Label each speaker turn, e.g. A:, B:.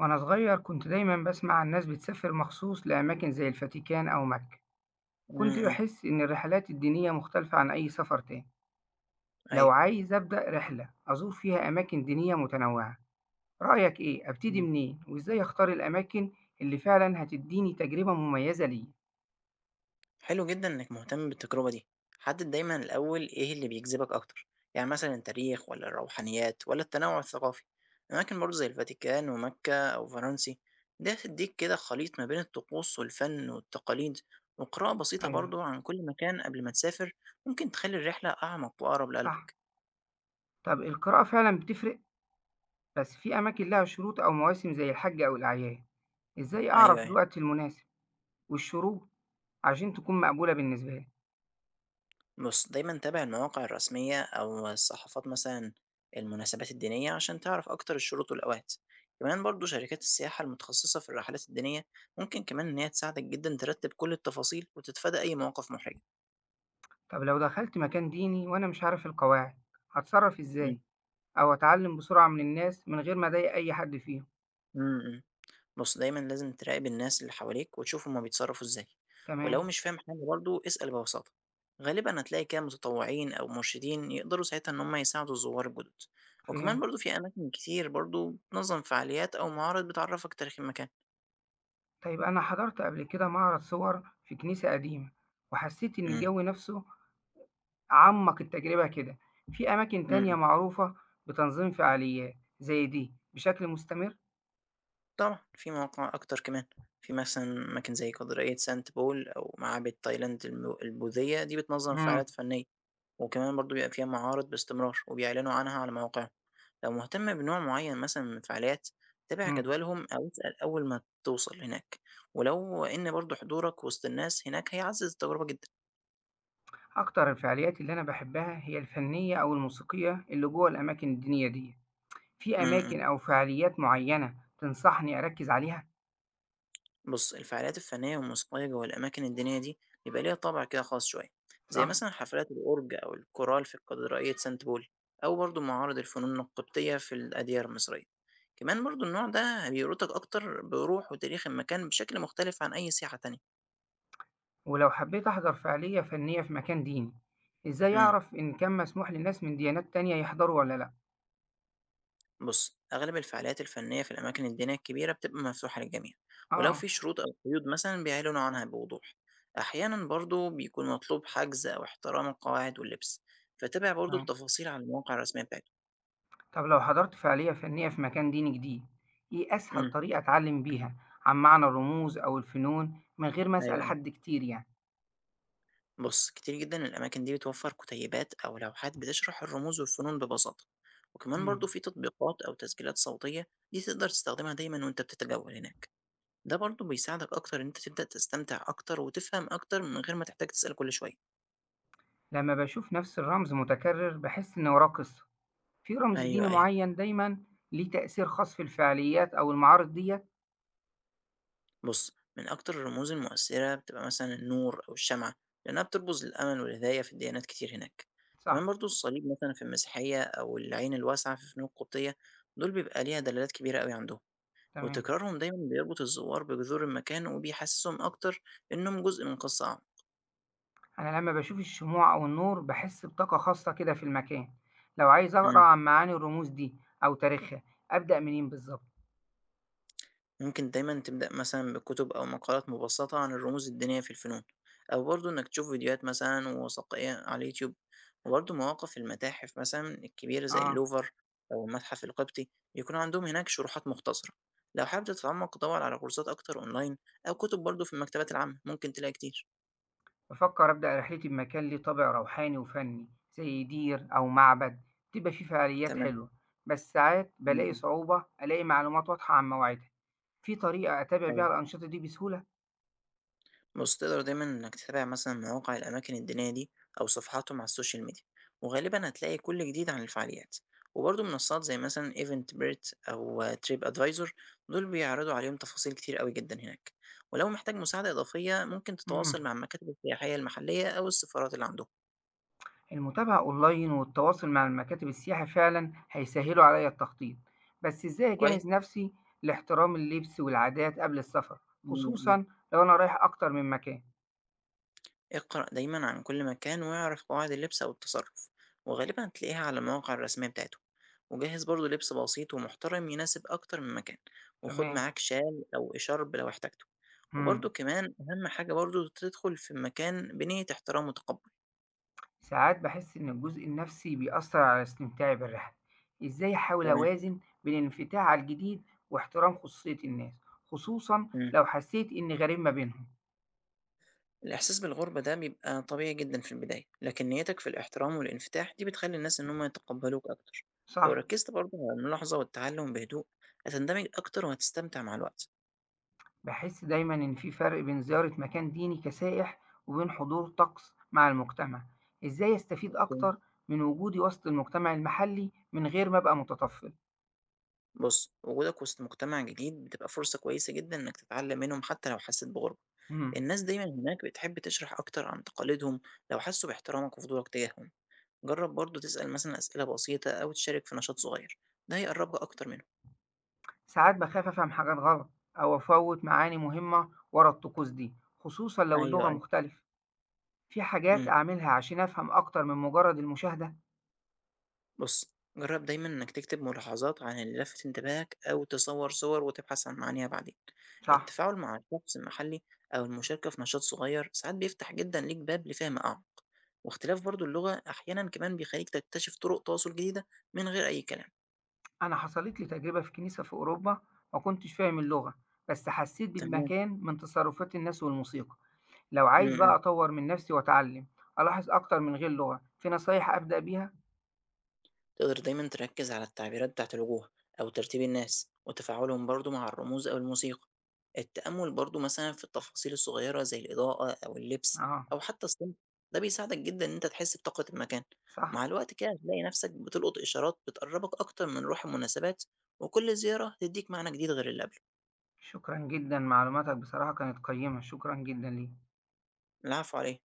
A: وأنا صغير كنت دايما بسمع الناس بتسافر مخصوص لأماكن زي الفاتيكان أو مكة،
B: إمم،
A: وكنت
B: إمم،
A: بحس إن الرحلات الدينية مختلفة عن أي سفر تاني. لو
B: أيوه.
A: عايز أبدأ رحلة أزور فيها أماكن دينية متنوعة، رأيك إيه؟ أبتدي
B: إمم.
A: منين؟ وإزاي أختار الأماكن اللي فعلا هتديني تجربة مميزة ليا؟
B: حلو جدًا إنّك مهتم بالتجربة دي، حدد دايمًا الأول إيه اللي بيجذبك أكتر، يعني مثلًا التاريخ والّا الروحانيات والّا التنوع الثقافي، أماكن برضه زي الفاتيكان ومكة أو فرنسي، دي هتدّيك كده خليط ما بين الطقوس والفن والتقاليد، وقراءة بسيطة
A: أيوه.
B: برضه عن كل مكان قبل ما تسافر ممكن تخلّي الرحلة أعمق وأقرب
A: صح.
B: لقلبك.
A: طب القراءة فعلا بتفرق، بس في أماكن لها شروط أو مواسم زي الحج أو الأعياد. إزاي
B: أيوه،
A: أعرف
B: أيوه.
A: الوقت المناسب والشروط عشان تكون مقبولة بالنسبة لي؟
B: بُص، دايمًا تابع المواقع الرسمية أو الصحافات مثلًا المناسبات الدينية عشان تعرف أكتر الشروط والأوقات، كمان برضه شركات السياحة المتخصصة في الرحلات الدينية ممكن كمان إن هي تساعدك جدًا ترتب كل التفاصيل وتتفادى أي مواقف محرجة.
A: طب لو دخلت مكان ديني وأنا مش عارف القواعد، هتصرف
B: إمم،
A: إزاي؟ أو أتعلم بسرعة من الناس من غير ما أضايق أي حد فيهم؟
B: إمم، إمم. بُص، دايمًا لازم تراقب الناس اللي حواليك وتشوف هُم بيتصرّفوا إزاي، ولو
A: تمام.
B: مش فاهم حاجة برضه اسأل ببساطة، غالبًا هتلاقي كده متطوعين أو مرشدين يقدروا ساعتها إن هُم يساعدوا الزوار الجدد، وكمان
A: فهمت.
B: برضه في أماكن كتير برضه بتنظم فعاليات أو معارض بتعرّفك تاريخ المكان.
A: طيب أنا حضرت قبل كده معرض صور في كنيسة قديمة، وحسيت إن
B: إمم.
A: الجو نفسه عمق التجربة كده. في أماكن تانية
B: إمم،
A: معروفة بتنظيم فعاليات زي دي بشكل مستمر؟
B: طبعًا في مواقع أكتر كمان، في مثلًا أماكن زي كاتدرائية سانت بول أو معابد تايلاند البوذية دي بتنظم
A: مم.
B: فعاليات فنية، وكمان برضه بيبقى فيها معارض باستمرار وبيعلنوا عنها على مواقعهم. لو مهتم بنوع معين مثلا من الفعاليات تابع
A: مم.
B: جدولهم أو اسأل أول ما توصل هناك ولو إن برضو حضورك وسط الناس هناك هيعزز التجربة جدا.
A: أكتر الفعاليات اللي أنا بحبها هي الفنية أو الموسيقية اللي جوه الأماكن الدينية دي. في
B: م-م.
A: أماكن أو فعاليات معينة تنصحني أركز عليها؟
B: بص الفعاليات الفنية والموسيقية جوه الأماكن الدينية دي بيبقى ليها طابع كده خاص شوية زي
A: صح.
B: مثلا حفلات الأورج أو الكورال في كاتدرائية سانت بول أو برضو معارض الفنون القبطية في الأديرة المصرية. كمان برضو النوع ده بيربطك أكتر بروح وتاريخ المكان بشكل مختلف عن أي سياحة تانية.
A: ولو حبيت أحضر فعالية فنية في مكان ديني، إزاي
B: م.
A: أعرف إن كان مسموح للناس من ديانات تانية يحضروا ولا لأ؟
B: بُص، أغلب الفعاليات الفنية في الأماكن الدينية الكبيرة بتبقى مفتوحة للجميع، ولو
A: آه.
B: في شروط أو قيود مثلًا بيعلنوا عنها بوضوح، أحيانًا برضه بيكون مطلوب حجز أو احترام القواعد واللبس، فتابع برضه
A: تمام.
B: التفاصيل على المواقع الرسمية بتاعتهم.
A: طب لو حضرت فعالية فنية في مكان ديني جديد، إيه أسهل
B: إمم،
A: طريقة أتعلم بيها عن معنى الرموز أو الفنون من غير ما
B: أيوه،
A: أسأل
B: أيوه.
A: حد كتير يعني؟
B: بُص، كتير جدًا الأماكن دي بتوفر كتيبات أو لوحات بتشرح الرموز والفنون ببساطة، وكمان
A: مم.
B: برضه في تطبيقات أو تسجيلات صوتية دي تقدر تستخدمها دايمًا وأنت بتتجول هناك، ده برضه بيساعدك أكتر إن أنت تبدأ تستمتع أكتر وتفهم أكتر من غير ما تحتاج تسأل كل شوية.
A: لما بشوف نفس الرمز متكرر بحس إن وراه قصة، في رمز
B: أيوه،
A: ديني
B: أيوه.
A: معين دايماً ليه تأثير خاص في الفعاليات أو المعارض ديت؟
B: بُص، من أكتر الرموز المؤثّرة بتبقى مثلًا النور أو الشمعة، لإنها بترمز للأمل والهداية في الديانات كتير هناك. كمان
A: صح.
B: برضه الصليب مثلًا في المسيحية أو العين الواسعة في الفنون القبطية، دول بيبقى ليها دلالات كبيرة أوي عندهم،
A: تمام.
B: وتكرارهم دايمًا بيربط الزوّار بجذور المكان وبيحسّسهم أكتر إنّهم جزء من قصّة أعمق.
A: أنا لما باشوف الشموع أو النور باحس بطاقة خاصة كده في المكان، لو عايز أقرأ
B: إمم.
A: عن معاني الرموز دي أو تاريخها أبدأ منين بالضبط؟
B: ممكن دايما تبدأ مثلا بكتب أو مقالات مبسطة عن الرموز الدينية في الفنون أو برضه إنك تشوف فيديوهات مثلا وثائقية على اليوتيوب وبرضه مواقف المتاحف مثلا الكبيرة زي
A: آه.
B: اللوفر أو المتحف القبطي بيكون عندهم هناك شروحات مختصرة. لو حابب تتعمق دور على كورسات أكتر أونلاين أو كتب برضه في المكتبات العامة ممكن تلاقي كتير.
A: بفكر أبدأ رحلتي بمكان ليه طابع روحاني وفني زي دير أو معبد تبقى فيه فعاليات
B: تمام.
A: حلوة، بس ساعات
B: م-
A: بلاقي
B: م.
A: صعوبة ألاقي معلومات واضحة عن مواعيدها. في طريقة أتابع
B: أيوه،
A: بيها الأنشطة دي بسهولة؟
B: بص تقدر دايما إنك تتابع مثلا مواقع الأماكن الدينية دي أو صفحاتهم على السوشيال ميديا وغالبا هتلاقي كل جديد عن الفعاليات، وبرضه منصات زي مثلا ايفنت بيرت أو تريب أدفايزر دول بيعرضوا عليهم تفاصيل كتير قوي جدا هناك. ولو محتاج مساعدة إضافية ممكن تتواصل
A: مم.
B: مع المكاتب السياحية المحلية أو السفارات اللي عندهم.
A: المتابعة أونلاين والتواصل مع المكاتب السياحة فعلا هيسهلوا عليا التخطيط، بس إزاي
B: كويس؟
A: أجهز نفسي لاحترام اللبس والعادات قبل السفر،
B: مم.
A: خصوصا لو أنا رايح أكتر من مكان؟
B: اقرأ دايما عن كل مكان واعرف قواعد اللبس أو التصرف وغالبا هتلاقيها على المواقع الرسمية بتاعته، وجهز برضه لبس بسيط ومحترم يناسب أكتر من مكان، وخد
A: تمام.
B: معاك شال أو إشارب لو احتجته، وبرضه
A: مم.
B: كمان أهم حاجة برضه تدخل في مكان بنية احترام وتقبل.
A: ساعات بحس إن الجزء النفسي بيأثر على استمتاعي بالرحلة. إزاي أحاول
B: تمام.
A: أوازن بين الانفتاح على الجديد واحترام خصوصية الناس، خصوصا
B: مم.
A: لو حسيت إني غريب ما بينهم؟
B: الإحساس بالغربة ده بيبقى طبيعي جدا في البداية، لكن نيتك في الاحترام والانفتاح دي بتخلي الناس إن هم يتقبلوك أكتر. لو
A: صح.
B: ركزت برضه على الملاحظة والتعلم بهدوء هتندمج أكتر وهتستمتع مع الوقت.
A: باحس دايمًا إن في فرق بين زيارة مكان ديني كسائح وبين حضور طقس مع المجتمع، إزاي أستفيد أكتر من وجودي وسط المجتمع المحلي من غير ما أبقى متطفل؟
B: بُص، وجودك وسط مجتمع جديد بتبقى فرصة كويسة جدًا إنك تتعلم منهم حتى لو حسيت بغربة،
A: إمم.
B: الناس دايمًا هناك بتحب تشرح أكتر عن تقاليدهم لو حسوا باحترامك وفضولك تجاههم، جرّب برضه تسأل مثلًا أسئلة بسيطة أو تشارك في نشاط صغير، ده هيقرّبك أكتر منهم.
A: ساعات باخاف أفهم حاجات غلط أو أفوّت معاني مهمة ورا الطقوس دي، خصوصًا لو
B: أيوه،
A: اللغة
B: أيوه،
A: مختلفة، في حاجات
B: إمم،
A: أعملها عشان أفهم أكتر من مجرد المشاهدة؟
B: بُص، جرّب دايمًا إنك تكتب ملاحظات عن اللي لفت انتباهك أو تصوّر صور وتبحث عن معانيها بعدين،
A: صح.
B: التفاعل مع الشخص المحلي أو المشاركة في نشاط صغير ساعات بيفتح جدًا ليك باب لفهم أعمق. واختلاف برضه اللغة أحيانًا كمان بيخلّيك تكتشف طرق تواصل جديدة من غير أي كلام.
A: أنا حصلت لي تجربة في كنيسة في أوروبا ما كنتش فاهم اللغة، بس حسيت
B: تمام.
A: بالمكان من تصرفات الناس والموسيقى. لو
B: إمم،
A: عايز بقى
B: إمم.
A: أطوّر من نفسي وأتعلم، ألاحظ أكتر من غير لغة، في نصايح أبدأ بيها؟
B: تقدر دايمًا تركّز على التعبيرات بتاعة الوجوه أو ترتيب الناس وتفاعلهم برضه مع الرموز أو الموسيقى. التأمُّل برضه مثلًا في التفاصيل الصغيرة زي الإضاءة أو اللبس
A: آه.
B: أو حتى الصمت، ده بيساعدك جدًا إن أنت تحس بطاقة المكان. مع
A: صح.
B: الوقت كده هتلاقي نفسك بتلقط إشارات بتقرّبك أكتر من روح المناسبات، وكل زيارة هتدّيك معنى جديد غير اللي قبله.
A: شكرًا جدًا، معلوماتك بصراحة كانت قيّمة، شكرًا جدًا ليك.
B: العفو على إيه؟